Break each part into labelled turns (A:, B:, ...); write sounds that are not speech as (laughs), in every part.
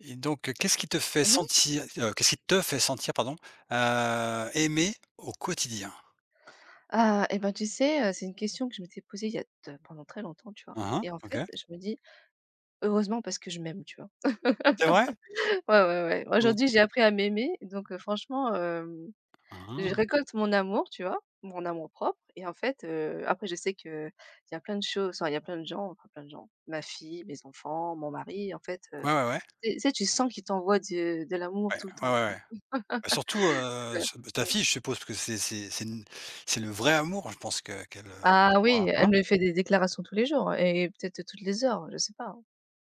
A: Et donc,
B: Mmh.
A: qu'est-ce qui te fait sentir, pardon, aimé au quotidien?
B: Ah et ben, tu sais, c'est une question que je m'étais posée il y a de pendant très longtemps, tu vois?
A: Hein hein,
B: Et en fait,
A: OK.
B: je me dis: «Heureusement parce que je m'aime», tu vois?
A: C'est vrai?
B: (laughs) Ouais, ouais, ouais.
A: Donc
B: Aujourd'hui, j'ai appris à m'aimer, donc franchement, je
A: ah!
B: récolte mon amour, tu vois? Mon amour-propre et en fait, après je sais que il y a plein de choses, enfin, il y a plein de gens, enfin plein de gens, ma fille, mes enfants, mon mari, en fait,
A: Ouais, ouais, ouais.
B: tu sais tu sens qu'il t'envoie de l'amour
A: Ouais,
B: tout le
A: ouais,
B: temps,
A: ouais,
B: tu
A: ouais.
B: vois?
A: Bah, surtout,
B: Heu,
A: ce bah, ta
B: mmh.
A: fille, je suppose parce que c'est le vrai amour, je pense que qu'elle, qu'elle
B: Ah
A: te voit,
B: oui, elle
A: hein?
B: me fait des déclarations tous les jours et peut-être toutes les heures, je sais pas.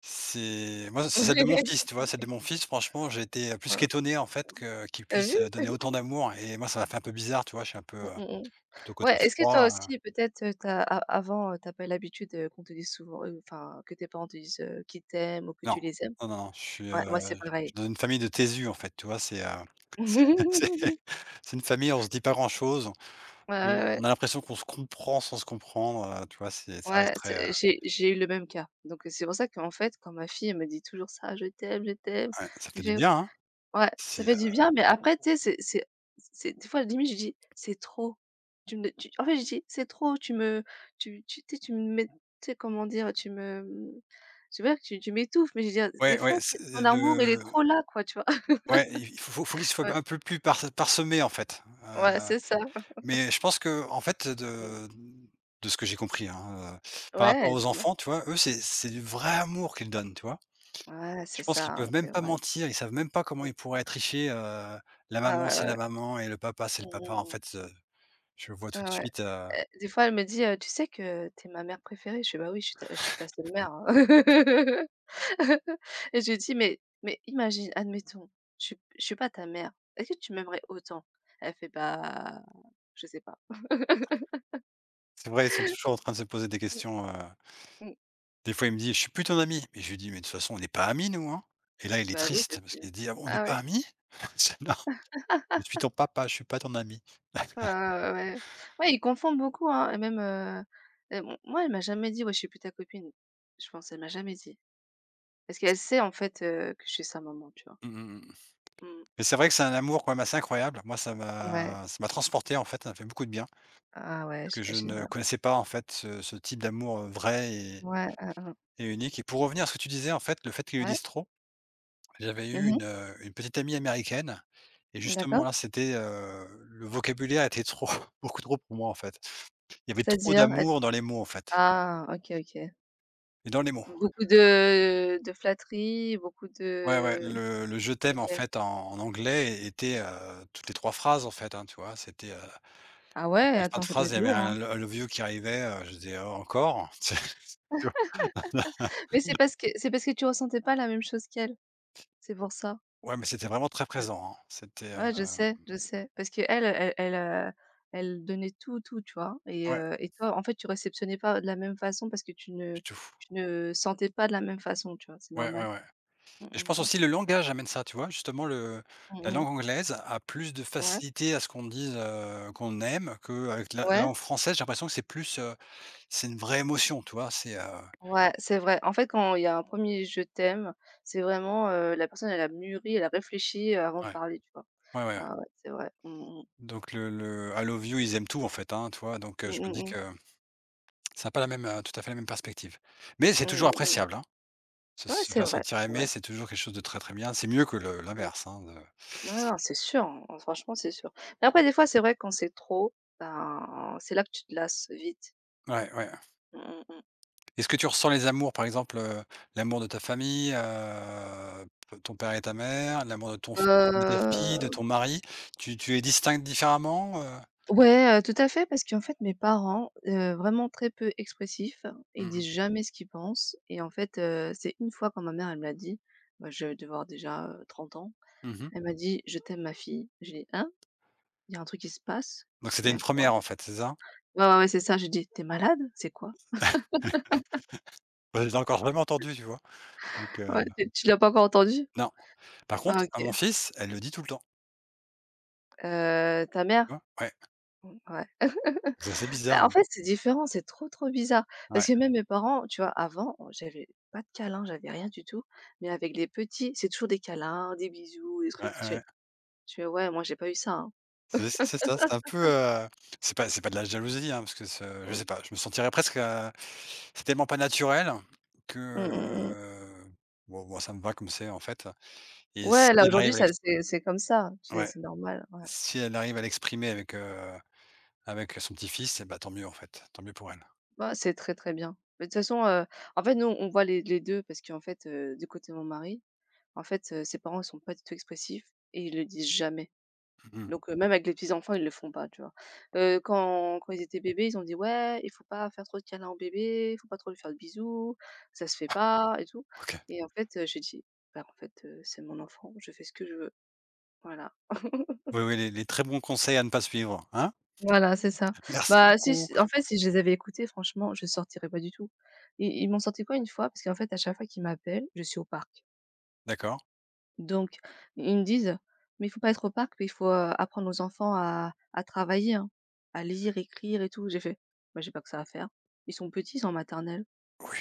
A: C'est celle de mon fils, tu
B: (laughs)
A: vois? Celle de mon fils, franchement, j'ai été, plus qu'étonné, en fait, que qu'il
B: Tu vu?
A: puisse, donner autant
B: (laughs)
A: d'amour et moi, ça m'a fait un peu bizarre, tu vois? Je suis un peu,
B: Mmh mh, mmh.
A: plutôt côté
B: Ouais, est-ce que toi
A: froid.
B: aussi peut-être, tu as pas eu l'habitude, qu'on te dise souvent, enfin que tes parents te disent, qu'ils t'aiment ou que tu
A: Non,
B: les aimes?
A: non, non, non,
B: Ouais, moi c'est
A: je suis
B: pareil.
A: dans une famille de Tésus, en fait, tu vois? C'est, (laughs) c'est c'est
B: (laughs)
A: c'est une famille, on se dit pas grand-chose.
B: Ouais,
A: On
B: ouais, ouais.
A: on a l'impression qu'on se comprend sans se comprendre, tu vois? C'est ça
B: Ouais,
A: reste très, heu.
B: c'est j'ai eu le même cas. Donc, c'est pour ça qu'en fait, quand ma fille elle me dit toujours ça: «Je t'aime, je t'aime»,
A: Ouais, ça
B: je
A: fait du
B: fais.
A: bien, hein?
B: Ouais, ça
A: C'est,
B: fait du
A: heu.
B: bien, mais après, tu sais, c'est des fois, limite, je dis: «C'est trop». Tu me tu En fait, je dis: «C'est trop, tu sais, tu me mets» tu sais, comment dire? C'est vrai que tu m'étouffes, mais je veux dire, des
A: Ouais, ouais,
B: fois,
A: c'est
B: ton amour, il est
A: le.
B: trop là, quoi, tu vois? (laughs)
A: Ouais, il faut qu'il soit
B: Ouais,
A: un peu plus parsemé, en fait,
B: ouais,
A: heu.
B: c'est ça.
A: Mais je pense que en fait,
B: Mmh.
A: de ce que j'ai compris, hein, par rapport
B: Ouais, tu
A: aux
B: vois?
A: enfants, tu vois? Eux, c'est du vrai amour qu'ils donnent, tu vois?
B: Ouais, c'est
A: Je pense qu'ils
B: ça, hein,
A: peuvent
B: c'est
A: même pas
B: vrai.
A: mentir, ils savent même pas comment
B: Mm.
A: ils pourraient tricher, la
B: Ah,
A: maman,
B: ouais,
A: c'est
B: ouais,
A: la
B: ouais.
A: maman et le papa, c'est le
B: Mmh
A: papa. En
B: mh, mmh.
A: fait, je vois
B: Ouais,
A: tout de
B: ouais.
A: suite, heu.
B: Des fois, elle me dit, «Tu sais que t'es ma mère préférée?» Je fais: «Bah oui, je suis ta seule mère, hein». (laughs) Et je lui dis: «Mais imagine, admettons, je suis pas ta mère, est-ce que tu m'aimerais autant?» Elle fait: «Bah, je sais pas».
A: C'est vrai, ils sont toujours en train de se poser des questions,
B: Mmh mh.
A: des fois, il me dit: «Je suis plus ton ami» et je lui dis: «Mais de toute façon, on n'est pas amis, nous, hein?» et là, il est
B: Bah oui, ça
A: triste parce
B: c'est
A: qu'il dit: «Ah bon, on n'est
B: ah ouais.
A: pas amis?» (laughs) Je dis: «Non, je suis ton papa, je suis pas ton ami».
B: Ouais, ouais, ouais, ouais. Ouais, ils confondent beaucoup, hein et même, m moi, elle m'a jamais dit: «Ouais, je suis plus ta copine». Je pense, elle m'a jamais dit. Parce qu'elle sait, en fait, que je suis sa maman, tu vois?
A: Mmh mh, mmh,
B: Mmh.
A: mais c'est vrai que c'est un amour quand même assez incroyable. Moi,
B: Ouais.
A: ça m'a transporté, en fait, ça m'a fait beaucoup de bien
B: Ah ouais,
A: parce que je
B: j'imagine
A: ne
B: bien.
A: connaissais pas, en fait, ce type d'amour, vrai et.
B: Ouais,
A: Et unique et pour revenir à ce que tu disais, en fait, le fait qu'ils le
B: ouais.
A: disent trop, j'avais eu
B: Mmh mh.
A: une petite amie américaine et justement
B: D'accord.
A: là, c'était, le vocabulaire était trop (laughs) beaucoup trop pour moi, en fait. Il y avait trop
B: C'est-à-dire? Et
A: d'amour dans les mots, en fait
B: ah! OK, OK.
A: et dans les mots.
B: Beaucoup de flatteries, beaucoup
A: Ouais, ouais,
B: de.
A: le «je t'aime» en
B: OK.
A: fait, en anglais était, toutes les 3 phrases, en fait, hein, tu vois? C'était, à
B: Ah ouais?
A: chaque fin
B: Attends,
A: de
B: ça doit
A: phrase, il
B: être
A: y avait
B: lourd, hein.
A: un «I love you» qui arrivait, je disais: «Oh encore?» (laughs) tu vois?
B: Mais c'est parce que tu ressentais pas la même chose qu'elle, c'est pour ça.
A: Ouais, mais c'était vraiment très
B: Je
A: présent, hein. C'était,
B: Ouais, je sais, je sais. Parce qu'elle, elle donnait tout, tout, tu vois? Et
A: ouais,
B: heu et toi, en fait, tu réceptionnais pas de la même façon parce que tu ne
A: du tout.
B: tu ne sentais pas de la même façon, tu vois? C'est
A: Ouais,
B: normal.
A: ouais, ouais.
B: Mmh
A: Et je
B: mh,
A: pense
B: mmh.
A: aussi le langage amène ça, tu vois? Justement le
B: Mmh
A: la
B: mh.
A: langue anglaise a plus de
B: Ouais.
A: facilité à ce qu'on dise, qu'on aime qu'avec la
B: Ouais.
A: langue française, j'ai l'impression que c'est plus, c'est une vraie émotion, tu vois? C'est, heu.
B: Ouais, c'est vrai. En fait, quand il y a un premier «je t'aime», c'est vraiment, la personne elle a mûri, elle a réfléchi avant de
A: Ouais,
B: parler, tu vois?
A: ouais, ouais, ouais.
B: Ah ouais, c'est vrai. Mmh mh.
A: Donc le I love you, ils aiment tout en fait, hein, tu vois? Donc,
B: Mmh
A: je me
B: mh
A: dis
B: mh.
A: que ça a pas la même, tout à fait la même perspective. Mais c'est
B: Mmh
A: toujours
B: mh.
A: appréciable, hein.
B: Ouais,
A: Se
B: c'est
A: faire
B: vrai,
A: sentir
B: c'est
A: aimé,
B: vrai.
A: c'est toujours quelque chose de très, très bien. C'est mieux que le
B: Mmh.
A: l'inverse, hein, de.
B: Non, non, c'est sûr, hein, enfin, franchement, c'est sûr. Mais après, des fois, c'est vrai quand c'est trop, ben, c'est là que tu te lasses vite.
A: Ouais, ouais, ouais.
B: Mmh mh mh.
A: Est-ce que tu ressens les amours, par exemple, l'amour de ta famille, p ton père et ta mère, l'amour de ta fille, de
B: Heu
A: ton mari, tu les distingues différemment, heu?
B: Ouais, tout à fait, parce qu'en fait, mes parents, vraiment très peu expressifs,
A: Mmh
B: ils
A: mh.
B: disent jamais ce qu'ils pensent et en fait, c'est une fois quand ma mère, elle me l'a dit, bah, je devais avoir déjà, 30 ans,
A: Mmh.
B: elle m'a dit: «Je t'aime ma fille». J'ai dit: «Hein? Il y a un truc qui se passe?
A: Donc c'était
B: Il y
A: une
B: a quoi?»
A: première en fait, c'est ça?
B: Ouais, ouais, ouais, c'est ça, j'ai dit: t'es malade? C'est quoi?»
A: Bah, je l'ai encore jamais entendu, tu vois? Donc
B: Ouais, tu l'as pas encore entendu?
A: non. Par contre,
B: Ah, OK.
A: à mon fils, elle le dit tout le temps,
B: Ta mère?
A: tu vois? Ouais.
B: Mmh, ouais.
A: Ça c'est
B: Bah,
A: bizarre,
B: en
A: hein.
B: fait, c'est différent, c'est trop, trop bizarre. Parce
A: Ouais.
B: que même mes parents, tu vois, avant, on j'avais pas de câlins, j'avais rien du tout. Mais avec les petits, c'est toujours des câlins, des bisous, des
A: Ouais,
B: trucs. Je
A: ouais,
B: fais
A: ouais.
B: je fais: «Ouais, moi, j'ai pas eu ça, hein».
A: C'est ça, c'est un peu, c'est pas de la jalousie, hein, parce que ce je
B: Mmh.
A: sais pas, je me sentirais presque, c'est tellement pas naturel que,
B: Mmh mh mh.
A: bon, moi, ça me va comme c'est, en fait et si
B: Ouais, là,
A: elle
B: aujourd'hui,
A: arrive à
B: ça
A: l'ex
B: c'est comme ça, c'est
A: ouais,
B: c'est normal, ouais.
A: si elle arrive à l'exprimer avec, avec son petit-fils et bah, tant mieux, en fait, tant mieux pour elle.
B: Bah, c'est très, très bien. Mais de toute façon, en fait, nous, on voit les 2 parce qu'en fait, du côté de mon mari, en fait, ses parents, ils sont pas du tout expressifs et ils le disent jamais.
A: Mmh mh.
B: Donc même avec les petits enfants, ils le font pas, tu vois? Quand ils étaient bébés, ils ont dit: «Ouais, il faut pas faire trop de câlins au bébé, il faut pas trop lui faire de bisous, ça se fait pas et tout»
A: OK.
B: et en fait, j'ai dit: «Bah, en fait, c'est mon enfant, je fais ce que je veux». Voilà. (laughs)
A: Oui, oui, les très bons conseils à ne pas suivre, hein?
B: Voilà, c'est ça.
A: Merci
B: Bah, si
A: beaucoup.
B: j en fait, si je les avais écoutés, franchement, je sortirais pas du tout. Ils m'ont sorti quoi une fois? Parce qu'en fait, à chaque fois qu'ils m'appellent, je suis au parc.
A: D'accord.
B: Donc ils me disent: «Mais il faut pas être opaque, il faut, apprendre aux enfants à travailler, hein, à lire, écrire et tout». J'ai fait: «Bah, j'ai pas que ça à faire. Ils sont petits, ils sont en maternelle».
A: Oui.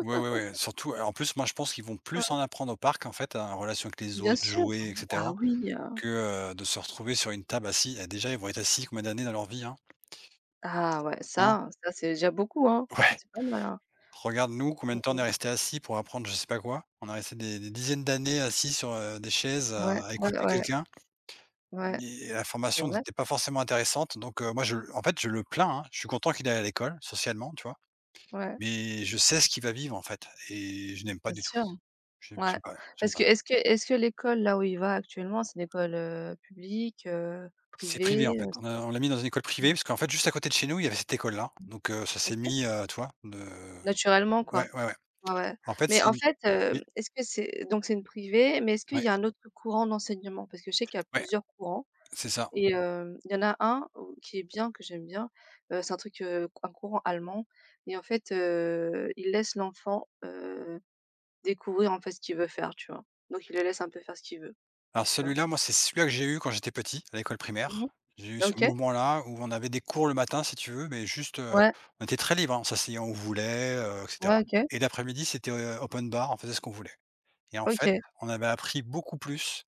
A: Ouais, ouais, ouais, surtout, en plus, moi, je pense qu'ils vont
B: Ouais.
A: plus en apprendre au parc, en fait, en relation avec les
B: Bien
A: autres,
B: sûr!
A: jouets et
B: Ah
A: cetera.
B: oui,
A: Que, de se retrouver sur une table assis, et déjà ils vont être assis combien d'années dans leur vie, hein?
B: ah ouais,
A: Hein?
B: ça c'est déjà beaucoup, hein.
A: Ouais.
B: C'est pas mal, hein.
A: Regarde nous, combien
B: Mmh
A: de temps on est
B: mh.
A: resté assis pour apprendre je sais pas quoi. On est resté des dizaines d'années assis sur, des chaises
B: Ouais,
A: à
B: ouais,
A: écouter
B: ouais,
A: quelqu'un
B: ouais,
A: et la
B: c'est
A: formation
B: vrai.
A: n'était pas forcément intéressante donc moi je en fait je le plains, hein. Je suis content qu'il aille à l'école, socialement, tu vois?
B: Ouais,
A: Mais je sais ce qu'il va vivre en fait et je n'aime pas
B: bien
A: du tout.
B: sûr. Ouais.
A: J'aime
B: Parce que
A: pas.
B: est-ce que l'école là où il va actuellement, c'est une école, publique,
A: C'est privé en
B: privée,
A: fait.
B: c'est quoi?
A: On l'a mis dans une école
B: Mmh,
A: privée parce qu'en fait juste à côté de chez nous, il y avait cette école-là donc ça s'est
B: OK.
A: mis, tu vois? De.
B: Naturellement
A: Ouais,
B: quoi.
A: ouais, ouais.
B: Ouais, ouais.
A: En fait,
B: Mais
A: c'est
B: en
A: une.
B: fait,
A: Oui,
B: est-ce que c'est donc c'est une privée, mais est-ce qu'il
A: ouais,
B: y a un autre courant d'enseignement? Parce que je sais qu'il y a
A: ouais,
B: plusieurs courants
A: c'est ça.
B: et il y en a un où qui est bien, que j'aime bien, c'est un truc, un courant allemand et en fait, il laisse l'enfant, découvrir en fait ce qu'il veut faire, tu vois? Donc il le laisse un peu faire ce qu'il veut,
A: Alors
B: tu vois?
A: celui-là, moi, c'est celui-là que j'ai eu quand j'étais petit, à l'école primaire.
B: Mmh.
A: J'ai eu ce
B: OK.
A: mouvement-là où on avait des cours le matin, si tu veux, mais juste,
B: Ouais,
A: on était très libre, hein, on s'asseyait où on voulait, et cetera
B: ouais, OK,
A: et l'après-midi, c'était, open bar, on faisait ce qu'on voulait et en fait,
B: OK.
A: on avait appris beaucoup plus.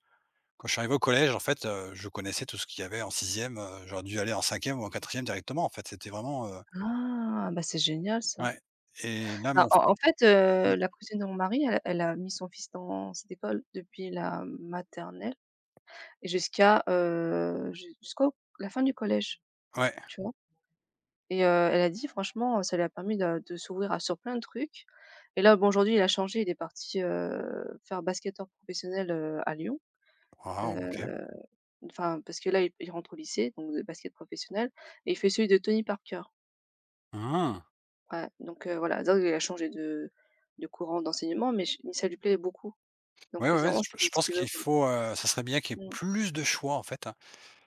A: Quand je suis arrivé au collège, en fait, je connaissais tout ce qu'il y avait en sixième. E J'aurais dû aller en cinquième ou en quatrième directement, en fait, c'était vraiment, heu.
B: Ah, bah, c'est génial ça.
A: Ouais et là,
B: Bah,
A: mon f.
B: en fait,
A: Mmh,
B: la cousine de mon mari, elle a mis son fils dans cette école depuis la maternelle. Et jusqu'à, jusqu'au la fin du collège,
A: ouais.
B: tu vois? Et elle a dit franchement, ça lui a permis de s'ouvrir à sur plein de trucs. Et là, bon, aujourd'hui, il a changé, il est parti, faire basketteur professionnel, à Lyon.
A: Waouh, OK.
B: Heu, enfin, parce que là, il rentre au lycée, donc de basket professionnel et il fait celui de Tony Parker.
A: Mmh.
B: Ouais, donc voilà, donc il a changé de courant d'enseignement, mais ch ça lui plaît beaucoup.
A: Ouais,
B: Donc
A: ouais,
B: c'est
A: ouais,
B: vraiment ce
A: je
B: qu'il ce
A: pense
B: qu'il veut,
A: qu'il
B: quoi.
A: faut, ça serait bien qu'il y ait
B: Mmh.
A: plus de choix, en fait, hein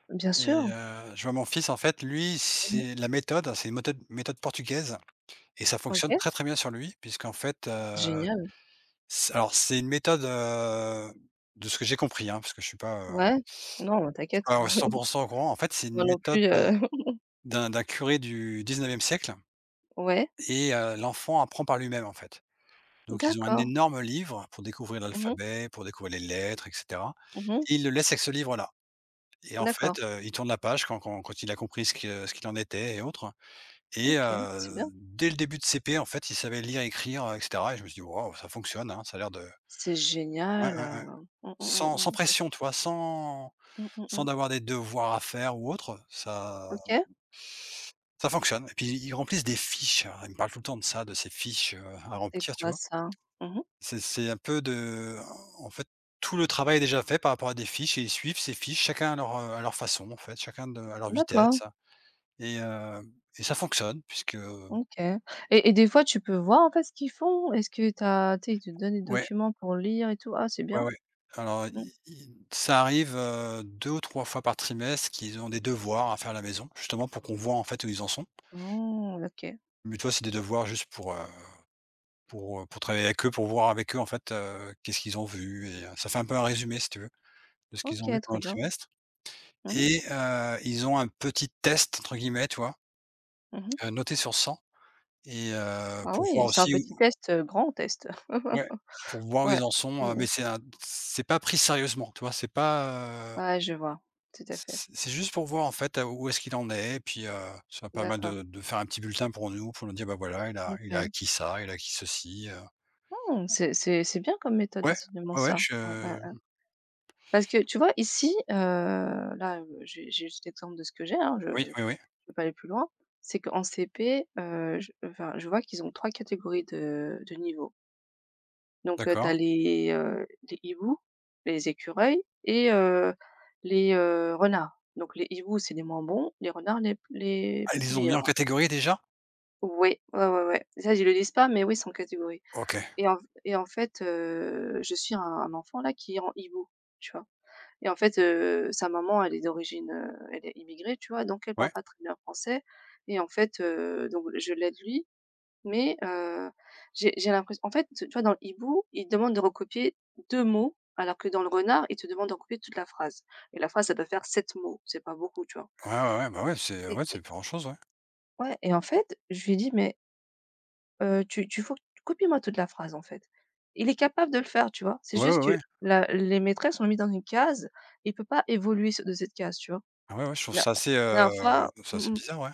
B: Bien
A: et
B: sûr.
A: je vois mon fils, en fait, lui,
B: Mmh.
A: c'est la méthode, hein, c'est une méthode portugaise et ça fonctionne
B: OK.
A: très, très bien sur lui puisqu'en fait,
B: C'est génial.
A: c'est alors c'est une méthode, de ce que j'ai compris, hein, parce que
B: Ouais. Non,
A: je suis
B: t'inquiète.
A: pas, 100% au courant. En fait, c'est
B: Moi
A: une
B: non
A: méthode,
B: plus, (laughs)
A: d'un curé du 19e siècle
B: ouais,
A: et l'enfant apprend par lui-même, en fait. Donc ils ont un
B: d'accord.
A: énorme livre pour découvrir
B: Mmh mh.
A: l'alphabet, pour découvrir les lettres et cetera
B: Mmh mh.
A: et ils le laissent avec ce livre-là. Et en
B: D'accord,
A: fait, il tourne la page quand il a compris ce que ce qu'il en était et autres et
B: OK, c'est bien.
A: dès le début de CP, en fait, il savait lire, écrire, et cetera et je me suis dit: «Waouh, ça fonctionne, hein, ça a l'air de».
B: C'est
A: Ouais, ouais,
B: génial,
A: ouais.
B: mmh, mmh, mmh,
A: Sans
B: mmh, ça
A: pression,
B: c'est
A: tu vois?
B: mmh, mmh,
A: Sans
B: mmh.
A: d'avoir des devoirs à faire ou autre,
B: OK,
A: ça fonctionne et puis ils remplissent des fiches. Alors, ils me parle tout le temps de ça, de ces fiches, à
B: c'est
A: remplir, tu
B: quoi
A: vois?
B: ça? Mmh mh.
A: C'est un peu de en fait, tout le travail est déjà fait par rapport à des fiches et ils suivent ces fiches, chacun à leur façon, en fait, chacun de à leur
B: D'accord,
A: vitesse. Et heu et ça fonctionne puisque
B: OK et des fois tu peux voir en fait ce qu'ils font? Est-ce que tu sais, ils te donnent des
A: ouais,
B: documents pour lire et tout? Ah c'est
A: ouais,
B: bien.
A: ouais. Alors
B: Mmh.
A: i i ça arrive, 2 ou 3 fois par trimestre qu'ils ont des devoirs à faire à la maison, justement pour qu'on voit en fait où ils en sont.
B: Oh, OK.
A: Mais tu vois, c'est des devoirs juste pour travailler avec eux, pour voir avec eux en fait, qu'est-ce qu'ils ont vu et ça fait un peu un résumé si tu veux, de ce qu'ils
B: OK,
A: ont vu
B: très
A: pendant le
B: bien.
A: trimestre
B: Mmh mh.
A: et ils ont un petit «test» entre guillemets, tu vois?
B: Mmh mh.
A: Noté sur 100 et
B: Ah
A: pour
B: oui,
A: voir
B: c'est un
A: aussi.
B: petit test, grand test.
A: Ouais,
B: (laughs)
A: pour voir où
B: Ouais.
A: ils en sont,
B: Mmh mh.
A: mais c'est pas pris sérieusement, tu vois? C'est pas, heu,
B: Ouais, je vois, tout à fait.
A: c'est juste pour voir, en fait, où est-ce qu'il en est et puis, ça permet
B: D'accord.
A: de faire un petit bulletin pour nous dire: «Bah, voilà, il a
B: OK.
A: acquis ça, il a acquis ceci».
B: Mmh, c'est bien comme méthode
A: Ouais,
B: d'enseignement
A: ouais, ouais,
B: ça. Ouais, ouais,
A: je.
B: ouais. Parce que tu vois ici, là, j'ai juste l'exemple de ce que j'ai, hein, je ne
A: Oui, oui, oui,
B: vais pas aller plus loin. C'est qu'en CP, je enfin, je vois qu'ils ont 3 catégories de niveaux. Donc, tu as
A: d'accord.
B: les, les hiboux, les écureuils et les, renards. Donc les hiboux, c'est les moins bons, les renards les
A: Ah, ils les ont mis en
B: meilleurs.
A: catégorie déjà?
B: Oui, ouais, ouais, ouais. Ça, ils le disent pas, mais oui, c'est en catégorie.
A: OK.
B: Et en et en fait, je suis un enfant là qui est en Ibo, tu vois? Et en fait, sa maman, elle est d'origine, elle est immigrée, tu vois? Donc elle parle
A: Ouais.
B: pas très bien français et en fait, donc je l'aide lui, mais j'ai l'impression, en fait, tu vois, dans le hibou, il te demande de recopier 2 mots, alors que dans le renard, il te demande de recopier toute la phrase et la phrase, ça doit faire 7 mots, c'est pas beaucoup, tu vois?
A: Ouais, ouais, ouais, bah,
B: Et
A: ouais, c'est
B: et
A: pas grand-chose, ouais.
B: ouais, et en fait, je lui ai dit: «Mais tu tu faut copie-moi toute la phrase, en fait.» Il est capable de le faire, tu vois? C'est
A: Ouais, ouais,
B: juste que
A: ouais.
B: la les maîtresses l'ont mis dans une case, il peut pas évoluer ce de cette case, tu vois?
A: Ah ouais, ouais, je trouve
B: La
A: ça assez,
B: la dernière fois
A: c'est assez
B: mmh mh.
A: bizarre, ouais.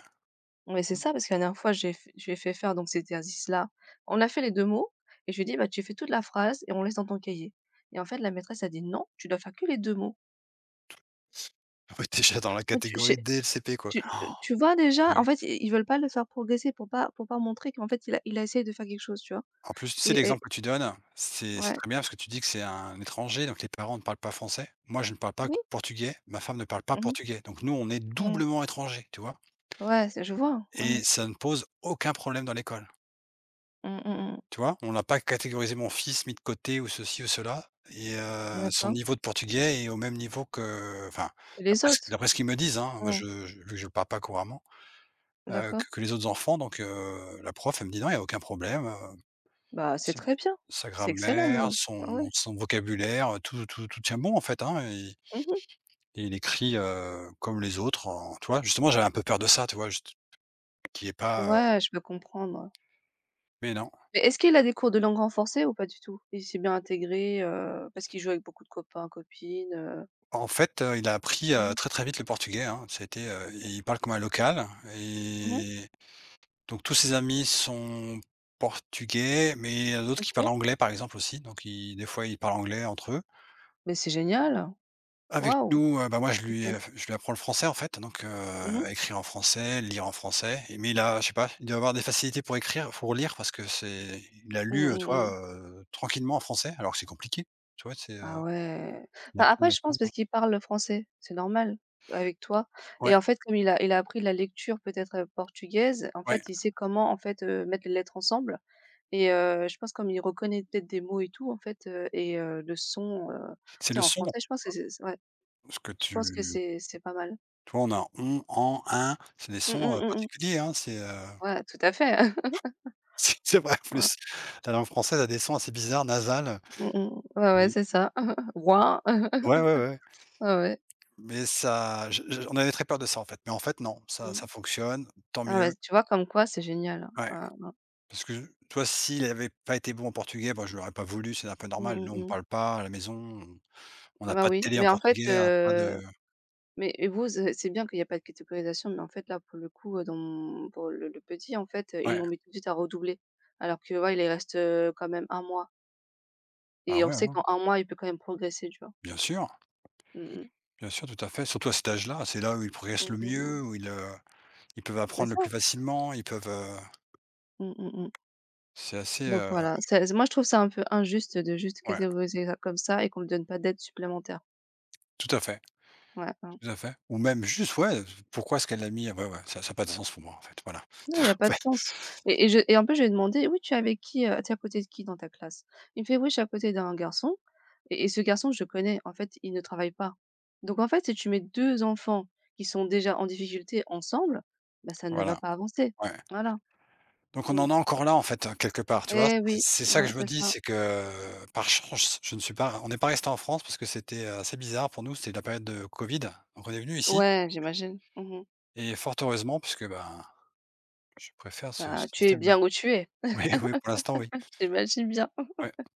B: Ouais, c'est ça, parce que la dernière fois, j'ai f je lui ai fait faire donc cet exercice-là. On a fait les 2 mots et je lui ai dit: «Bah, tu fais toute la phrase et on laisse dans ton cahier», et en fait, la maîtresse a dit: «Non, tu dois faire que les 2 mots».
A: (laughs) Ouais, déjà dans la
B: Moi, tu
A: catégorie
B: j'ai
A: dès le CP, quoi.
B: tu tu tu vois déjà, en fait, i ils veulent pas le faire progresser pour pas, pour pas montrer qu'en fait, il a essayé de faire quelque chose, tu vois?
A: En plus, tu sais,
B: Et
A: l'exemple que tu donnes, c'est
B: ouais.
A: très bien parce que tu dis que c'est un étranger, donc les parents ne parlent pas français. Moi, je ne parle pas
B: Oui.
A: portugais, ma femme ne parle pas
B: Mmh mh.
A: portugais. Donc nous, on est
B: Mmh.
A: doublement étrangers, tu vois?
B: Ouais, c'est, je vois, ouais, ouais.
A: Et ça ne pose aucun problème dans l'école,
B: Mmh, mmh.
A: tu vois? On n'a pas catégorisé mon fils, mis de côté ou ceci ou cela et son
B: D'accord.
A: niveau de portugais est au même niveau que enfin,
B: Que les
A: d'après ce
B: autres?
A: d'après ce qu'ils me disent, hein, moi
B: Mmh.
A: je vu que je le parle pas couramment, heu, que
B: D'accord.
A: que les autres enfants donc la prof, elle me dit: «Non, il y a aucun problème,
B: Bah, c'est
A: Sa
B: très bien,
A: sa
B: c'est excellent
A: grammaire,
B: même. Ouais,
A: son
B: ouais.
A: son vocabulaire, tout tient bon, en fait, hein et
B: Mmh.
A: et il écrit, comme les autres en tu vois? Justement, j'avais un peu peur de ça, tu vois? Juste qu'il est pas,
B: Ouais, je peux comprendre.
A: mais non.
B: Mais est-ce qu'il a des cours de langue renforcée ou pas du tout? Il s'est bien intégré, parce qu'il joue avec beaucoup de copains, copines,
A: En fait, il a appris,
B: Mmh mh.
A: très, très vite le portugais, hein. C'était, il parle comme un local
B: Mmh.
A: et donc tous ses amis sont portugais, mais il y en a d'autres qui parlent
B: OK.
A: anglais, par exemple, aussi. Donc ils des fois, ils parlent anglais entre eux.
B: Mais c'est génial!
A: Avec
B: Waouh!
A: nous, bah, moi je lui,
B: OK.
A: je lui apprends le français en fait,
B: Mmh mh.
A: écrire en français, lire en français et mais il a je sais pas, il doit avoir des facilités pour écrire, pour lire parce que c'est il a lu,
B: Mmh,
A: tu vois,
B: mmh.
A: tranquillement en français alors que c'est compliqué, tu vois? C'est,
B: Ah ouais.
A: il y a
B: Bah,
A: plein
B: après
A: de
B: je
A: sons
B: pense, parce qu'il parle le français, c'est normal, avec toi, et
A: ouais,
B: en fait comme il a appris la lecture peut-être, portugaise, en
A: ouais,
B: fait, il sait comment, en fait, mettre les lettres ensemble, et je pense comme il reconnaît peut-être des mots et tout, en fait, et le son,
A: c'est
B: tu sais,
A: le
B: en
A: son
B: français, je pense que c'est ouais,
A: parce que
B: je pense que
A: tu
B: c'est pas mal.
A: toi on a on, en, un, c'est des
B: Mmh
A: sons,
B: mh, mmh mh.
A: particuliers, hein, c'est,
B: Ouais, tout à fait. (laughs)
A: (laughs) c'est vrai en
B: Ouais.
A: plus. La langue française a des sons assez bizarres, nasales.
B: Mmh mh. Ouais, ouais,
A: Mmh.
B: c'est ça. (laughs) Ouin. (laughs)
A: Ouais, ouais, ouais.
B: Ouais, ouais.
A: Mais ça je on avait très peur de ça, en fait. Mais en fait, non, ça
B: Mmh.
A: ça fonctionne, tant
B: Ah bah,
A: mieux.
B: tu vois comme quoi c'est génial, hein.
A: Ouais,
B: Ouais, ouais.
A: parce que toi vois, s'il avait pas été bon en portugais, bah, je l'aurais pas voulu, c'est un peu
B: Mmh
A: normal.
B: mh,
A: Nous, on
B: mmh.
A: parle pas à la maison, on n'a
B: Bah
A: pas de
B: oui,
A: télé
B: mais
A: en
B: en fait,
A: portugais, on n'a pas de
B: mais et vous, c'est bien qu'il n'y a pas de catégorisation, mais en fait, là, pour le coup, dans mon, pour le petit, en fait, ils
A: ouais,
B: l'ont mis tout de suite à redoubler. Alors que, ouais, il lui reste, quand même un mois, et
A: ah
B: on
A: ouais,
B: sait
A: hein,
B: qu'en un mois, il peut quand même progresser, tu vois?
A: bien sûr,
B: Mmh mh.
A: bien sûr, tout à fait. Surtout à cet âge-là, c'est là où ils progressent
B: Mmh
A: le
B: mh, mmh, mmh.
A: mieux, où ils, ils peuvent
B: C'est
A: apprendre le
B: ça.
A: plus facilement, ils peuvent,
B: Mmh mh, mmh.
A: c'est assez,
B: Donc voilà, c'est, moi, je trouve ça un peu injuste de juste
A: ouais,
B: catégoriser ça comme ça et qu'on ne me donne pas d'aide supplémentaire.
A: tout à fait,
B: Ouais, ouais.
A: tout à fait. Ou même juste, ouais, pourquoi est-ce qu'elle l'a mis? Ouais, ouais, ça a pas de sens pour moi, en fait, voilà.
B: Non,
A: (laughs)
B: il y a pas
A: En
B: de
A: fait,
B: sens, et je et en plus, je lui ai demandé: «Oui, tu es avec qui, tu es à côté de qui dans ta classe?» Il me fait: «Oui, je suis à côté d'un garçon», et ce garçon, je le connais, en fait, il ne travaille pas. Donc en fait, si tu mets 2 enfants qui sont déjà en difficulté ensemble, bah, ça ne va
A: voilà,
B: pas avancer.
A: ouais.
B: Voilà.
A: Donc on
B: Mmh.
A: en est encore là en fait, hein, quelque part, tu vois?
B: Eh
A: C'est
B: oui,
A: c'est ça
B: voilà,
A: que je me
B: c'est
A: dis,
B: ça.
A: c'est que par chance, je ne suis pas on n'est pas resté en France parce que c'était assez bizarre pour nous, c'était la période de Covid, donc on est venu ici
B: Ouais, j'imagine. Mmh.
A: et fort heureusement puisque, ben, je préfère ce
B: Bah, tu es
A: système-là.
B: bien
A: (laughs)
B: où tu es.
A: Oui, oui, pour l'instant, oui.
B: (laughs) J'imagine bien.
A: Ouais.